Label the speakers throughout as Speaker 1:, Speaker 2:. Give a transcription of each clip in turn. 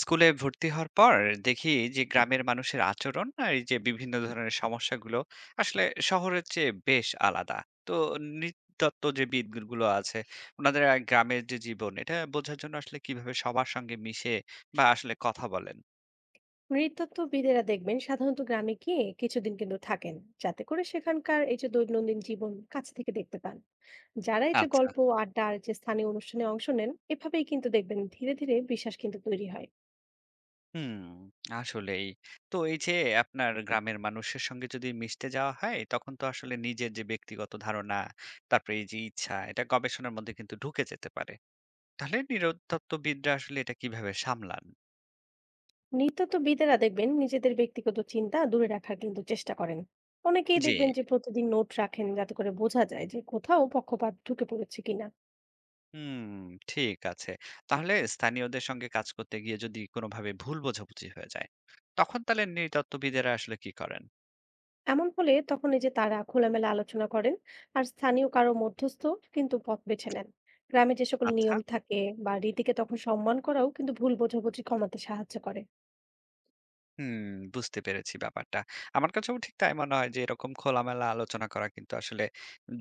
Speaker 1: স্কুলে ভর্তি হওয়ার পর দেখি যে গ্রামের মানুষের আচরণ আর এই যে বিভিন্ন ধরনের সমস্যাগুলো আসলে শহরের চেয়ে বেশ আলাদা। তো নৃতত্ত্ব যে বিদগুলো আছে ওনাদের আর গ্রামের যে জীবন এটা বোঝার জন্য আসলে কিভাবে সবার সঙ্গে মিশে বা আসলে কথা বলেন?
Speaker 2: নৃতত্ত্ববিদেরা দেখবেন সাধারণত গ্রামে গিয়ে কিছুদিন কিন্তু থাকেন, যাতে করে সেখানকার এই যে দৈনন্দিন জীবন কাছ থেকে দেখতে পান। যারা এই যে
Speaker 1: আচ্ছা।
Speaker 2: গল্প, আড্ডা আর যে স্থানীয় অনুষ্ঠানে অংশ নেন, এভাবেই কিন্তু দেখবেন ধীরে ধীরে বিশ্বাস কিন্তু তৈরি হয়।
Speaker 1: হুম আসলেই। তো এই যে আপনার গ্রামের মানুষের সঙ্গে যদি মিশতে যাওয়া হয় তখন তো আসলে নিজের যে ব্যক্তিগত ধারণা, তারপরে এই যে ইচ্ছা এটা গবেষণার মধ্যে কিন্তু ঢুকে যেতে পারে। তাহলে নিরুত্তত্ত্ববিদরা আসলে এটা কিভাবে সামলান?
Speaker 2: নৃতত্ত্ববিদেরা দেখবেন নিজেদের ব্যক্তিগত চিন্তা দূরে রাখার কিন্তু চেষ্টা করেন। অনেকেই
Speaker 1: জি।
Speaker 2: দেখবেন যে প্রতিদিন নোট রাখেন, যাতে করে বোঝা যায় যে কোথাও পক্ষপাত ঢুকে পড়েছে কিনা।
Speaker 1: হুম, ঠিক আছে। তাহলে স্থানীয়দের সঙ্গে কাজ করতে গিয়ে যদি কোনোভাবে ভুল বোঝাবুঝি হয়ে যায়, তখন তাহলে নৃতত্ত্ববিদেরা আসলে কি করেন?
Speaker 2: এমন হলে তখন এই যে তারা খোলামেলা আলোচনা করেন, আর স্থানীয় কারো মধ্যস্থ কিন্তু পথ বেছে নেন। গ্রামে যে সকল
Speaker 1: আচ্ছা।
Speaker 2: নিয়ম থাকে বা রীতিকে তখন সম্মান করাও কিন্তু ভুল বোঝাবুঝি কমাতে সাহায্য করে।
Speaker 1: হুম, বুঝতে পেরেছি ব্যাপারটা। আমার কাছেও ঠিক তাই মনে হয় যে এরকম খোলামেলা আলোচনা করা কিন্তু আসলে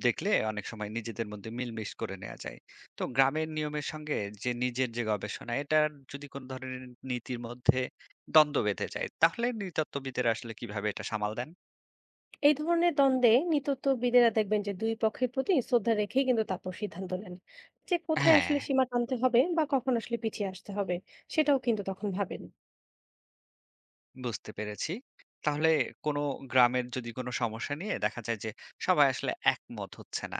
Speaker 1: দেখলে অনেক সময় নিজেদের মধ্যে মিলমিশ করে নেওয়া যায়। তো গ্রামের নিয়মের সঙ্গে যে নিজের যে গবেষণা এটার যদি কোন ধরনের নীতির মধ্যে দ্বন্দ্ব বেঁধে যায় তাহলে নৃতত্ত্ববিদের আসলে কিভাবে এটা সামাল দেন?
Speaker 2: এই ধরনের দ্বন্দ্বে নৃতত্ববিদেরা দেখবেন যে দুই পক্ষের প্রতি শ্রদ্ধা রেখেই কিন্তু তারপর সিদ্ধান্ত নেন যে কোথায়
Speaker 1: হ্যাঁ,
Speaker 2: আসলে সীমা টানতে হবে বা কখন আসলে পিছিয়ে আসতে হবে, সেটাও কিন্তু তখন ভাবেন।
Speaker 1: বুঝতে পেরেছি। তাহলে কোন গ্রামের যদি কোন সমস্যা নিয়ে দেখা যায় যে সবাই আসলে একমত হচ্ছে না,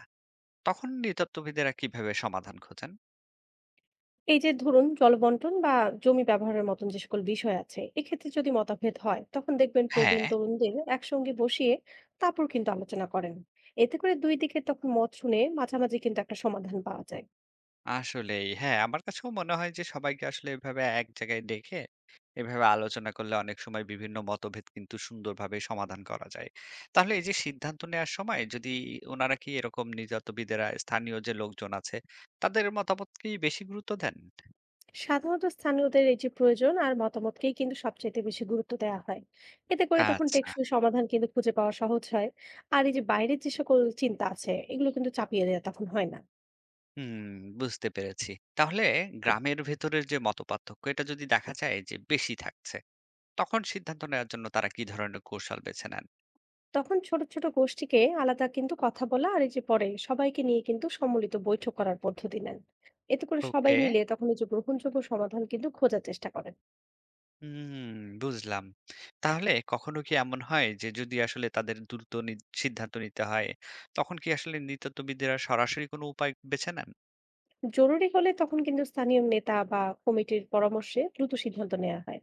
Speaker 1: তখন নৃতত্ত্ববিদেরা কিভাবে সমাধান খোঁজেন?
Speaker 2: এই যে ধরুন জলবন্টন বা জমি ব্যবহারের মতন যে সকল বিষয় আছে, এক্ষেত্রে যদি মতভেদ হয় তখন দেখবেন
Speaker 1: হ্যাঁ।
Speaker 2: প্রবীণ তরুণদের একসঙ্গে বসিয়ে তারপর কিন্তু আলোচনা করেন। এতে করে দুই দিকে তখন মত শুনে মাঝামাঝি কিন্তু একটা সমাধান পাওয়া যায়।
Speaker 1: আসলেই। হ্যাঁ, আমার কাছেও মনে হয় যে সবাইকে আসলে এভাবে এক জায়গায় ডেকে এভাবে আলোচনা করলে অনেক সময় বিভিন্ন মতভেদ কিন্তু সুন্দরভাবে সমাধান করা যায়। তাহলে এই যে সিদ্ধান্ত নেওয়ার সময় যদি উনারা কি এরকম নির্যাতবিদেরা স্থানীয় যে লোকজন আছে তাদের মতামতকেই বেশি গুরুত্ব দেন?
Speaker 2: সাধারণত স্থানীয়দের এই যে প্রয়োজন আর মতামতকেই কিন্তু সবচেয়ে বেশি গুরুত্ব দেওয়া হয়। এতে করে তখন
Speaker 1: আচ্ছা।
Speaker 2: টেকসই সমাধান কিন্তু খুঁজে পাওয়া সহজ হয়। আর এই যে বাইরের যে সকল চিন্তা আছে, এগুলো কিন্তু চাপিয়ে দেওয়া তখন হয় না।
Speaker 1: হুম, বুঝতে পেরেছি। তাহলে গ্রামের ভেতরের যে মতপার্থক্য এটা যদি দেখা যায় যে বেশি থাকছে, তখন সিদ্ধান্ত নেওয়ার জন্য তারা কি ধরনের কৌশল বেছে নেন?
Speaker 2: তখন ছোট ছোট গোষ্ঠীকে আলাদা কিন্তু কথা বলা আর এই যে পরে সবাইকে নিয়ে কিন্তু সম্মিলিত বৈঠক করার পদ্ধতি নেন। এতে করে সবাই
Speaker 1: ওকে।
Speaker 2: মিলে তখন এই যে গ্রহণযোগ্য সমাধান কিন্তু খোঁজার চেষ্টা করেন।
Speaker 1: হুম, বুঝলাম। তাহলে কখনো কি এমন হয় যে যদি আসলে তাদের দ্রুত সিদ্ধান্ত নিতে হয়, তখন কি আসলে নৃতত্ববিদেরা সরাসরি কোনো উপায় বেছে নেন?
Speaker 2: জরুরি হলে তখন কিন্তু স্থানীয় নেতা বা কমিটির পরামর্শে দ্রুত সিদ্ধান্ত নেওয়া হয়।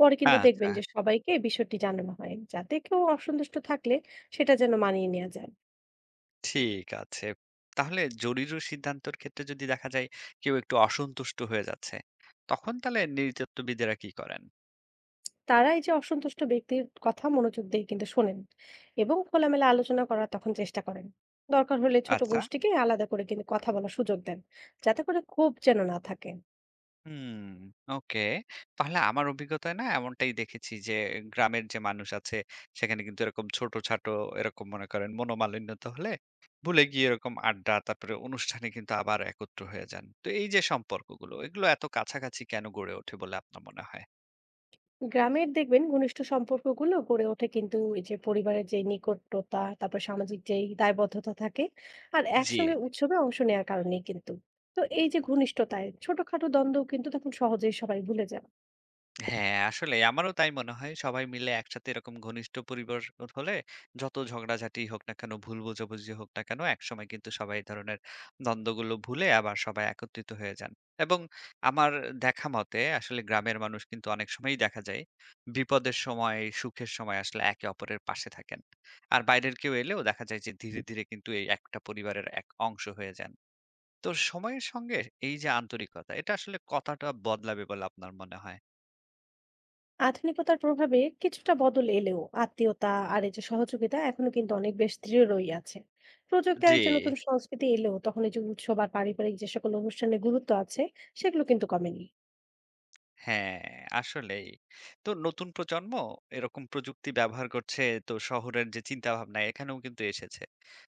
Speaker 2: পরে কিন্তু
Speaker 1: আচ্ছা,
Speaker 2: দেখবেন যে সবাইকে বিষয়টি জানানো হয়, যাতে কেউ অসন্তুষ্ট থাকলে সেটা যেন মানিয়ে নেওয়া যায়।
Speaker 1: ঠিক আছে। তাহলে জরুরি সিদ্ধান্তের ক্ষেত্রে যদি দেখা যায় কেউ একটু অসন্তুষ্ট হয়ে যাচ্ছে, তখন তাহলে নৃতত্ববিদেরা কি করেন?
Speaker 2: তারা এই যে অসন্তুষ্ট ব্যক্তির কথা মনোযোগ দিয়ে কিন্তু শোনেন এবং খোলামেলা আলোচনা করার তখন চেষ্টা করেন। দরকার হলে ছোট
Speaker 1: আচ্ছা।
Speaker 2: গোষ্ঠীকে আলাদা করে কিন্তু কথা বলার সুযোগ দেন, যাতে করে ক্ষোভ যেন না থাকে।
Speaker 1: হুম, ওকে। তাহলে আমার অভিজ্ঞতায় না এমনটাই দেখেছি যে গ্রামের যে মানুষ আছে সেখানে কিন্তু এরকম ছোট-ছাটো এরকম মনে করেন মনোমালিন্যতা হলে ভুলে গিয়ে এরকম আড্ডা তারপরে অনুষ্ঠানে কিন্তু আবার একত্র হয়ে যান। তো এই যে সম্পর্কগুলো এগুলো এত কাছাকাছি কেন গড়ে ওঠে বলে আপনার মনে হয়?
Speaker 2: গ্রামের দেখবেন ঘনিষ্ঠ সম্পর্কগুলো গড়ে ওঠে কিন্তু এই যে পরিবারের যে নিকটতা, তারপর সামাজিক যেই দায়বদ্ধতা থাকে আর
Speaker 1: জি।
Speaker 2: একসঙ্গে উৎসবে অংশ নেওয়ার কারণেই কিন্তু। তো এই যে ঘনিষ্ঠতায় ছোটখাটো দ্বন্দ্ব কিন্তু তখন সহজেই সবাই ভুলে যায়।
Speaker 1: হ্যাঁ, আসলে আমারও তাই মনে হয়। সবাই মিলে একসাথে এরকম ঘনিষ্ঠ পরিবার হলে যত ঝগড়াঝাটি হোক না কেন, ভুল বোঝাবুঝি হোক না কেন, একসময় কিন্তু সবাই এই ধরনের দ্বন্দ্বগুলো ভুলে আবার সবাই একত্রিত হয়ে যান। এবং আমার দেখা মতে আসলে গ্রামের মানুষ কিন্তু অনেক সময়ই দেখা যায় বিপদের সময়, সুখের সময় আসলে একে অপরের পাশে থাকেন। আর বাইরের কেউ এলেও দেখা যায় যে ধীরে ধীরে কিন্তু এই একটা পরিবারের এক অংশ হয়ে যান। তো সময়ের সঙ্গে এই যে আন্তরিকতা, এটা আসলে কতটা বদলাবে বলে আপনার মনে হয়?
Speaker 2: আধুনিকতার প্রভাবে কিছুটা বদল এলেও আত্মীয়তা আর এই যে সহযোগিতা এখনো কিন্তু অনেক বেশ দৃঢ়ই আছে। প্রযুক্তি আর
Speaker 1: জি।
Speaker 2: এই যে নতুন সংস্কৃতি এলেও তখন এই যে উৎসব আর পারিবারিক যে সকল অনুষ্ঠানের গুরুত্ব আছে, সেগুলো কিন্তু কমেনি।
Speaker 1: হ্যাঁ, আসলেই। তো নতুন প্রজন্ম এরকম প্রযুক্তি ব্যবহার করছে তো শহরের যে চিন্তাভাবনা এখানেও কিন্তু এসেছে।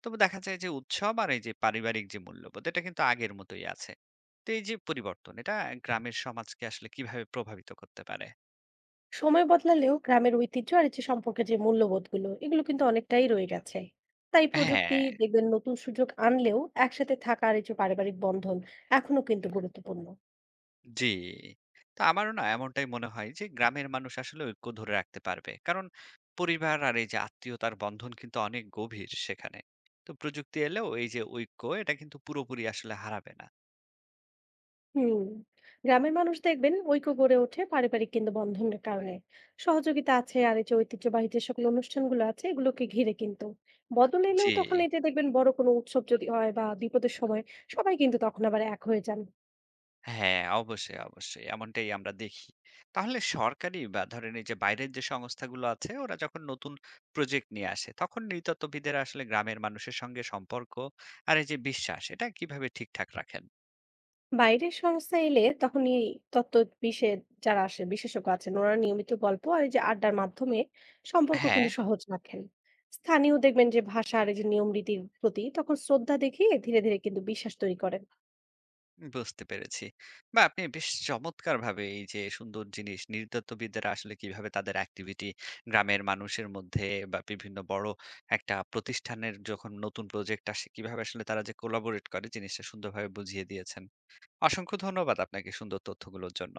Speaker 1: তবে দেখা যায় যে উৎসব আর এই যে পারিবারিক যে মূল্যবোধ এটা কিন্তু আগের মতোই আছে। তো এই যে পরিবর্তন এটা গ্রামের সমাজকে আসলে কিভাবে প্রভাবিত করতে পারে?
Speaker 2: সময় বদলালেও গ্রামের ঐতিহ্য আর এই যে সম্পর্কে যে মূল্যবোধগুলো, এগুলো কিন্তু অনেকটাই রয়ে গেছে। তাই প্রযুক্তি
Speaker 1: হ্যাঁ,
Speaker 2: দেখবেন নতুন সুযোগ আনলেও একসাথে থাকা আর এই যে পারিবারিক বন্ধন এখনো কিন্তু গুরুত্বপূর্ণ।
Speaker 1: জি। তো আমারও না এমনটাই মনে হয় যে গ্রামের মানুষ আসলে ঐক্য ধরে রাখতে পারবে। কারণ পরিবার আর এই যে আত্মীয়তার বন্ধন কিন্তু অনেক গভীর সেখানে। তো প্রযুক্তি এলেও এই যে ঐক্য এটা কিন্তু পুরোপুরি আসলে হারাবে না।
Speaker 2: হুম। গ্রামের মানুষ দেখবেন ঐক্য গড়ে ওঠে পারিবারিক কিন্তু বন্ধনের কারণে। সহযোগিতা আছে আর এই যে ঐতিহ্যবাহী যে সকল অনুষ্ঠানগুলো আছে, এগুলোকে ঘিরে কিন্তু বদল এলেও
Speaker 1: জি।
Speaker 2: তখন এতে দেখবেন বড় কোনো উৎসব যদি হয় বা বিপদের সময় সবাই কিন্তু তখন আবার এক হয়ে যান।
Speaker 1: হ্যাঁ, অবশ্যই, অবশ্যই। এমনটাই আমরা দেখি। তাহলে সরকারি বা ধরেন এই যে বাইরের যে সংস্থাগুলো আছে ওরা যখন নতুন প্রজেক্ট নিয়ে আসে তখন নৃতত্ত্ববিদের আসলে গ্রামের মানুষের সঙ্গে সম্পর্ক আর এই যে বিশ্বাস এটা কিভাবে ঠিকঠাক রাখেন?
Speaker 2: বাইরের সংস্থা এলে তখন এই তত্ত্ব বিষয়ে যারা আসে বিশেষজ্ঞ আছেন, ওরা নিয়মিত গল্প আর এই যে আড্ডার মাধ্যমে সম্পর্ক
Speaker 1: হ্যাঁ।
Speaker 2: কিন্তু সহজ রাখেন। স্থানীয় দেখবেন যে ভাষা আর এই যে নিয়ম রীতির প্রতি তখন শ্রদ্ধা দেখিয়ে ধীরে ধীরে কিন্তু বিশ্বাস তৈরি করে।
Speaker 1: বুঝতে পেরেছি। বা আপনি বেশ চমৎকারভাবে এই যে সুন্দর জিনিস নৃতত্ত্ববিদরা আসলে কিভাবে তাদের অ্যাক্টিভিটি গ্রামের মানুষের মধ্যে বা বিভিন্ন বড় একটা প্রতিষ্ঠানের যখন নতুন প্রজেক্ট আসে কিভাবে আসলে তারা যে কোলাবোরেট করে জিনিসটা সুন্দরভাবে বুঝিয়ে দিয়েছেন। অসংখ্য ধন্যবাদ আপনাকে সুন্দর তথ্যগুলোর জন্য।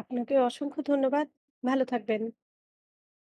Speaker 2: আপনাকে অসংখ্য ধন্যবাদ। ভালো থাকবেন।